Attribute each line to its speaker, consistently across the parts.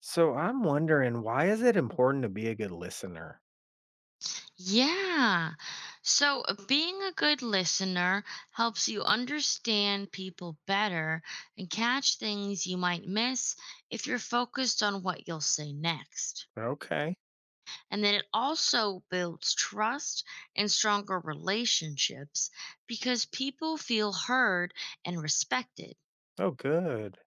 Speaker 1: So I'm wondering, why is it important to be a good listener?
Speaker 2: Yeah. So being a good listener helps you understand people better and catch things you might miss if you're focused on what you'll say next.
Speaker 1: Okay.
Speaker 2: And then it also builds trust and stronger relationships because people feel heard and respected.
Speaker 1: Oh, good.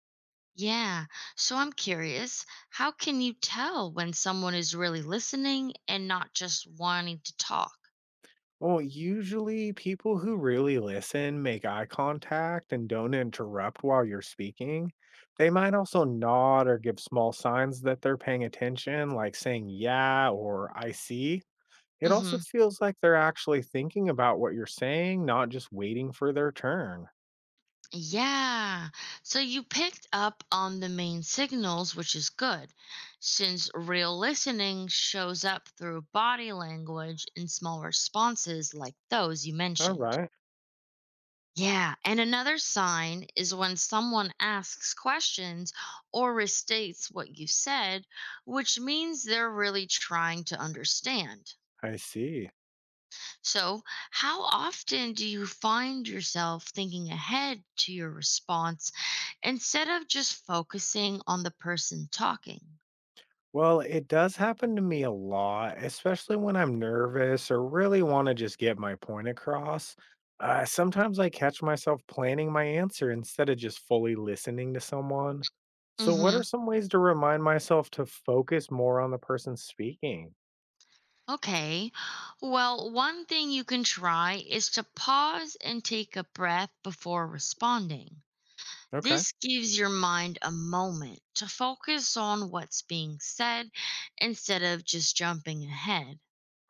Speaker 2: Yeah. So I'm curious, how can you tell when someone is really listening and not just wanting to talk?
Speaker 1: Well, usually people who really listen make eye contact and don't interrupt while you're speaking. They might also nod or give small signs that they're paying attention, like saying, yeah, or I see. It
Speaker 2: Mm-hmm.
Speaker 1: also feels like they're actually thinking about what you're saying, not just waiting for their turn.
Speaker 2: Yeah. So you picked up on the main signals, which is good, since real listening shows up through body language and small responses like those you
Speaker 1: All
Speaker 2: mentioned.
Speaker 1: right.
Speaker 2: Yeah. And another sign is when someone asks questions or restates what you said, which means they're really trying to understand.
Speaker 1: I see.
Speaker 2: So, how often do you find yourself thinking ahead to your response instead of just focusing on the person talking?
Speaker 1: Well, it does happen to me a lot, especially when I'm nervous or really want to just get my point across. Sometimes I catch myself planning my answer instead of just fully listening to someone. So, what are
Speaker 2: hmm
Speaker 1: some ways to remind myself to focus more on the person speaking?
Speaker 2: Okay. Well, one thing you can try is to pause and take a breath before responding.
Speaker 1: Okay.
Speaker 2: This gives your mind a moment to focus on what's being said instead of just jumping ahead.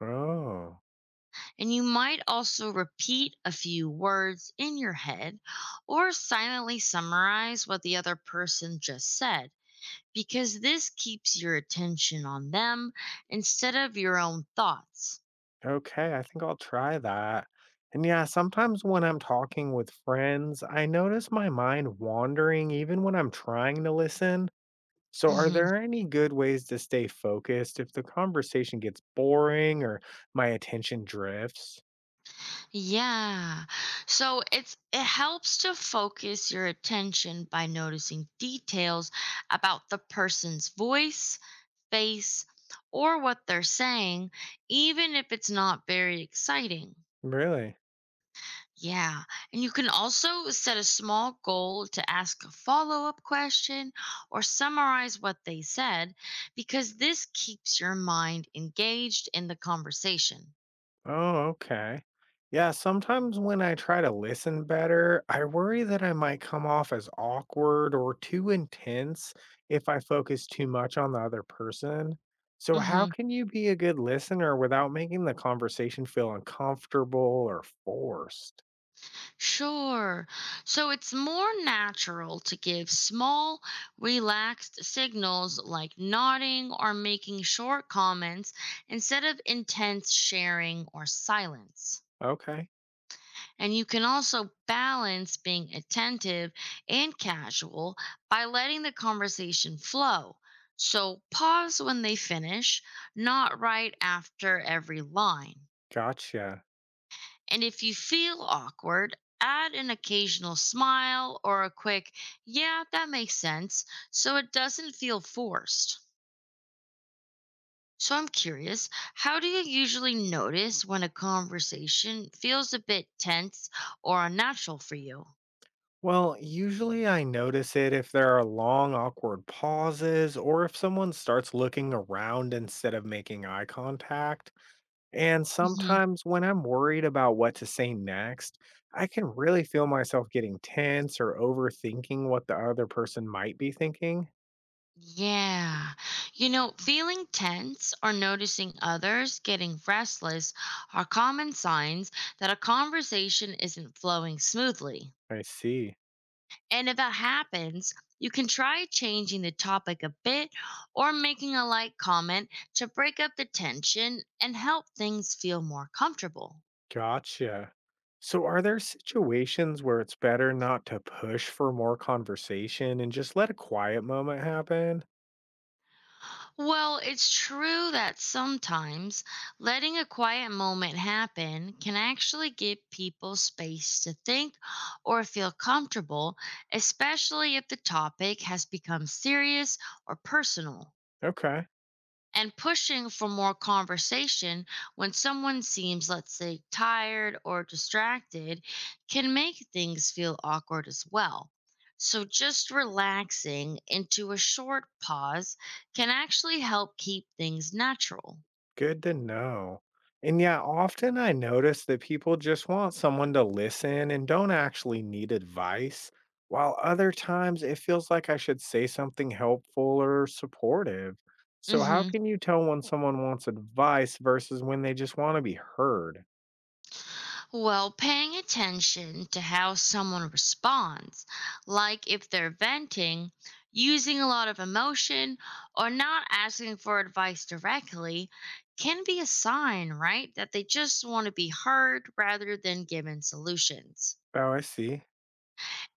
Speaker 1: Oh,
Speaker 2: And you might also repeat a few words in your head or silently summarize what the other person just said, because this keeps your attention on them instead of your own thoughts.
Speaker 1: okay. I think I'll try that. And yeah, sometimes when I'm talking with friends, I notice my mind wandering even when I'm trying to listen. So, are
Speaker 2: hmm
Speaker 1: there any good ways to stay focused if the conversation gets boring or my attention drifts?
Speaker 2: Yeah. So it helps to focus your attention by noticing details about the person's voice, face, or what they're saying, even if it's not very exciting.
Speaker 1: Really?
Speaker 2: Yeah. And you can also set a small goal to ask a follow up question or summarize what they said because this keeps your mind engaged in the conversation.
Speaker 1: Oh, okay. Yeah, sometimes when I try to listen better, I worry that I might come off as awkward or too intense if I focus too much on the other person. So, how
Speaker 2: hmm
Speaker 1: can you be a good listener without making the conversation feel uncomfortable or forced?
Speaker 2: Sure. So it's more natural to give small, relaxed signals like nodding or making short comments instead of intense sharing or silence.
Speaker 1: Okay,
Speaker 2: And you can also balance being attentive and casual by letting the conversation flow. So pause when they finish, not right after every line.
Speaker 1: gotcha.
Speaker 2: And if you feel awkward, add an occasional smile or a quick, yeah, that makes sense, so it doesn't feel forced. So I'm curious, how do you usually notice when a conversation feels a bit tense or unnatural for you?
Speaker 1: Well, usually I notice it if there are long, awkward pauses or if someone starts looking around instead of making eye contact. And sometimes when I'm worried about what to say next, I can really feel myself getting tense or overthinking what the other person might be thinking.
Speaker 2: Yeah. You know, feeling tense or noticing others getting restless are common signs that a conversation isn't flowing smoothly.
Speaker 1: I see.
Speaker 2: And if that happens, you can try changing the topic a bit or making a light comment to break up the tension and help things feel more comfortable.
Speaker 1: Gotcha. So, are there situations where it's better not to push for more conversation and just let a quiet moment happen?
Speaker 2: Well, it's true that sometimes letting a quiet moment happen can actually give people space to think or feel comfortable, especially if the topic has become serious or personal,
Speaker 1: Okay.
Speaker 2: and pushing for more conversation when someone seems, let's say, tired or distracted can make things feel awkward as well. So, just relaxing into a short pause can actually help keep things natural.
Speaker 1: Good to know. And yeah, often I notice that people just want someone to listen and don't actually need advice, while other times it feels like I should say something helpful or supportive. So, how
Speaker 2: hmm.
Speaker 1: can you tell when someone wants advice versus when they just want to be heard?
Speaker 2: Well, paying attention to how someone responds, like if they're venting, using a lot of emotion, or not asking for advice directly, can be a sign, right, that they just want to be heard rather than given solutions.
Speaker 1: Oh, I see.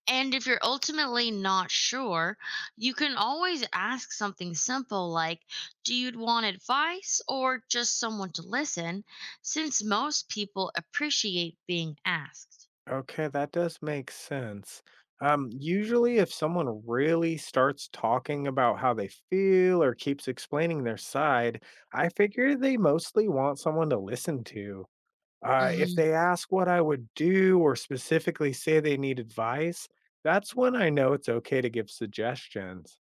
Speaker 2: And if you're ultimately not sure, you can always ask something simple like, do you want advice or just someone to listen? Since most people appreciate being asked.
Speaker 1: Okay, that does make sense. Usually, if someone really starts talking about how they feel or keeps explaining their side, I figure they mostly want someone to listen to. If
Speaker 2: hmm
Speaker 1: they ask what I would do or specifically say they need advice, that's when I know it's okay to give suggestions.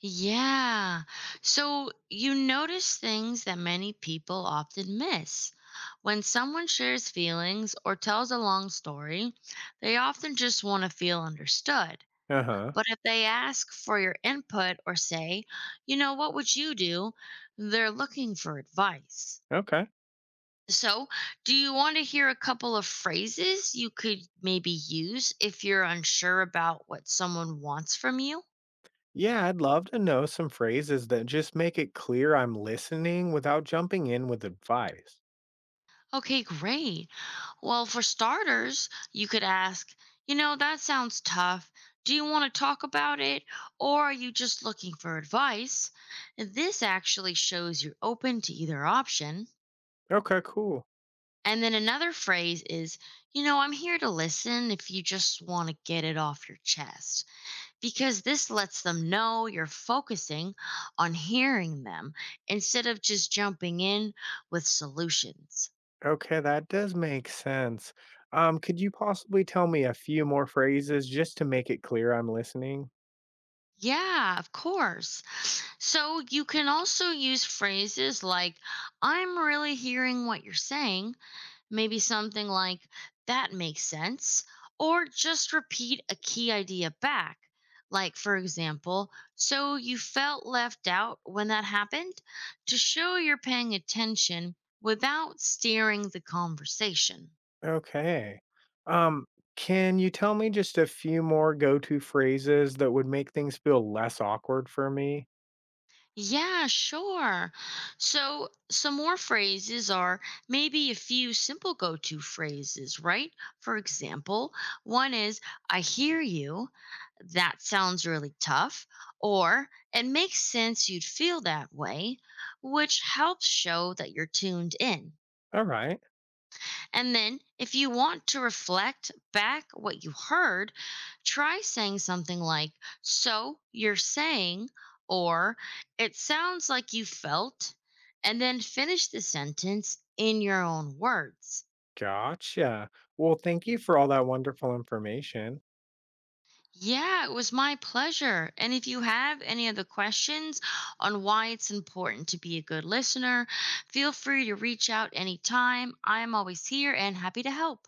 Speaker 2: Yeah. So you notice things that many people often miss. When someone shares feelings or tells a long story, they often just want to feel understood.
Speaker 1: Uh huh.
Speaker 2: But if they ask for your input or say, you know, what would you do? They're looking for advice.
Speaker 1: Okay.
Speaker 2: So, do you want to hear a couple of phrases you could maybe use if you're unsure about what someone wants from you?
Speaker 1: Yeah, I'd love to know some phrases that just make it clear I'm listening without jumping in with advice.
Speaker 2: Okay, great. Well, for starters, you could ask, you know, that sounds tough. Do you want to talk about it or are you just looking for advice? This actually shows you're open to either option.
Speaker 1: Okay, cool.
Speaker 2: And then another phrase is, you know, I'm here to listen if you just want to get it off your chest, because this lets them know you're focusing on hearing them instead of just jumping in with solutions.
Speaker 1: Okay, that does make sense. Could you possibly tell me a few more phrases just to make it clear I'm listening?
Speaker 2: Yeah, of course. So you can also use phrases like, I'm really hearing what you're saying. Maybe something like, that makes sense. Or just repeat a key idea back. Like, for example, so you felt left out when that happened, to show you're paying attention without steering the conversation.
Speaker 1: Okay. Um, can you tell me just a few more go-to phrases that would make things feel less awkward for me?
Speaker 2: Yeah, sure. So, some more phrases are maybe a few simple go to phrases, right? For example, one is, I hear you. That sounds really tough. Or, it makes sense you'd feel that way, which helps show that you're tuned in.
Speaker 1: All right.
Speaker 2: And then, if you want to reflect back what you heard, try saying something like, so you're saying, or it sounds like you felt, and then finish the sentence in your own words.
Speaker 1: Gotcha. Well, thank you for all that wonderful information.
Speaker 2: Yeah, it was my pleasure. And if you have any other questions on why it's important to be a good listener, feel free to reach out anytime. I'm always here and happy to help.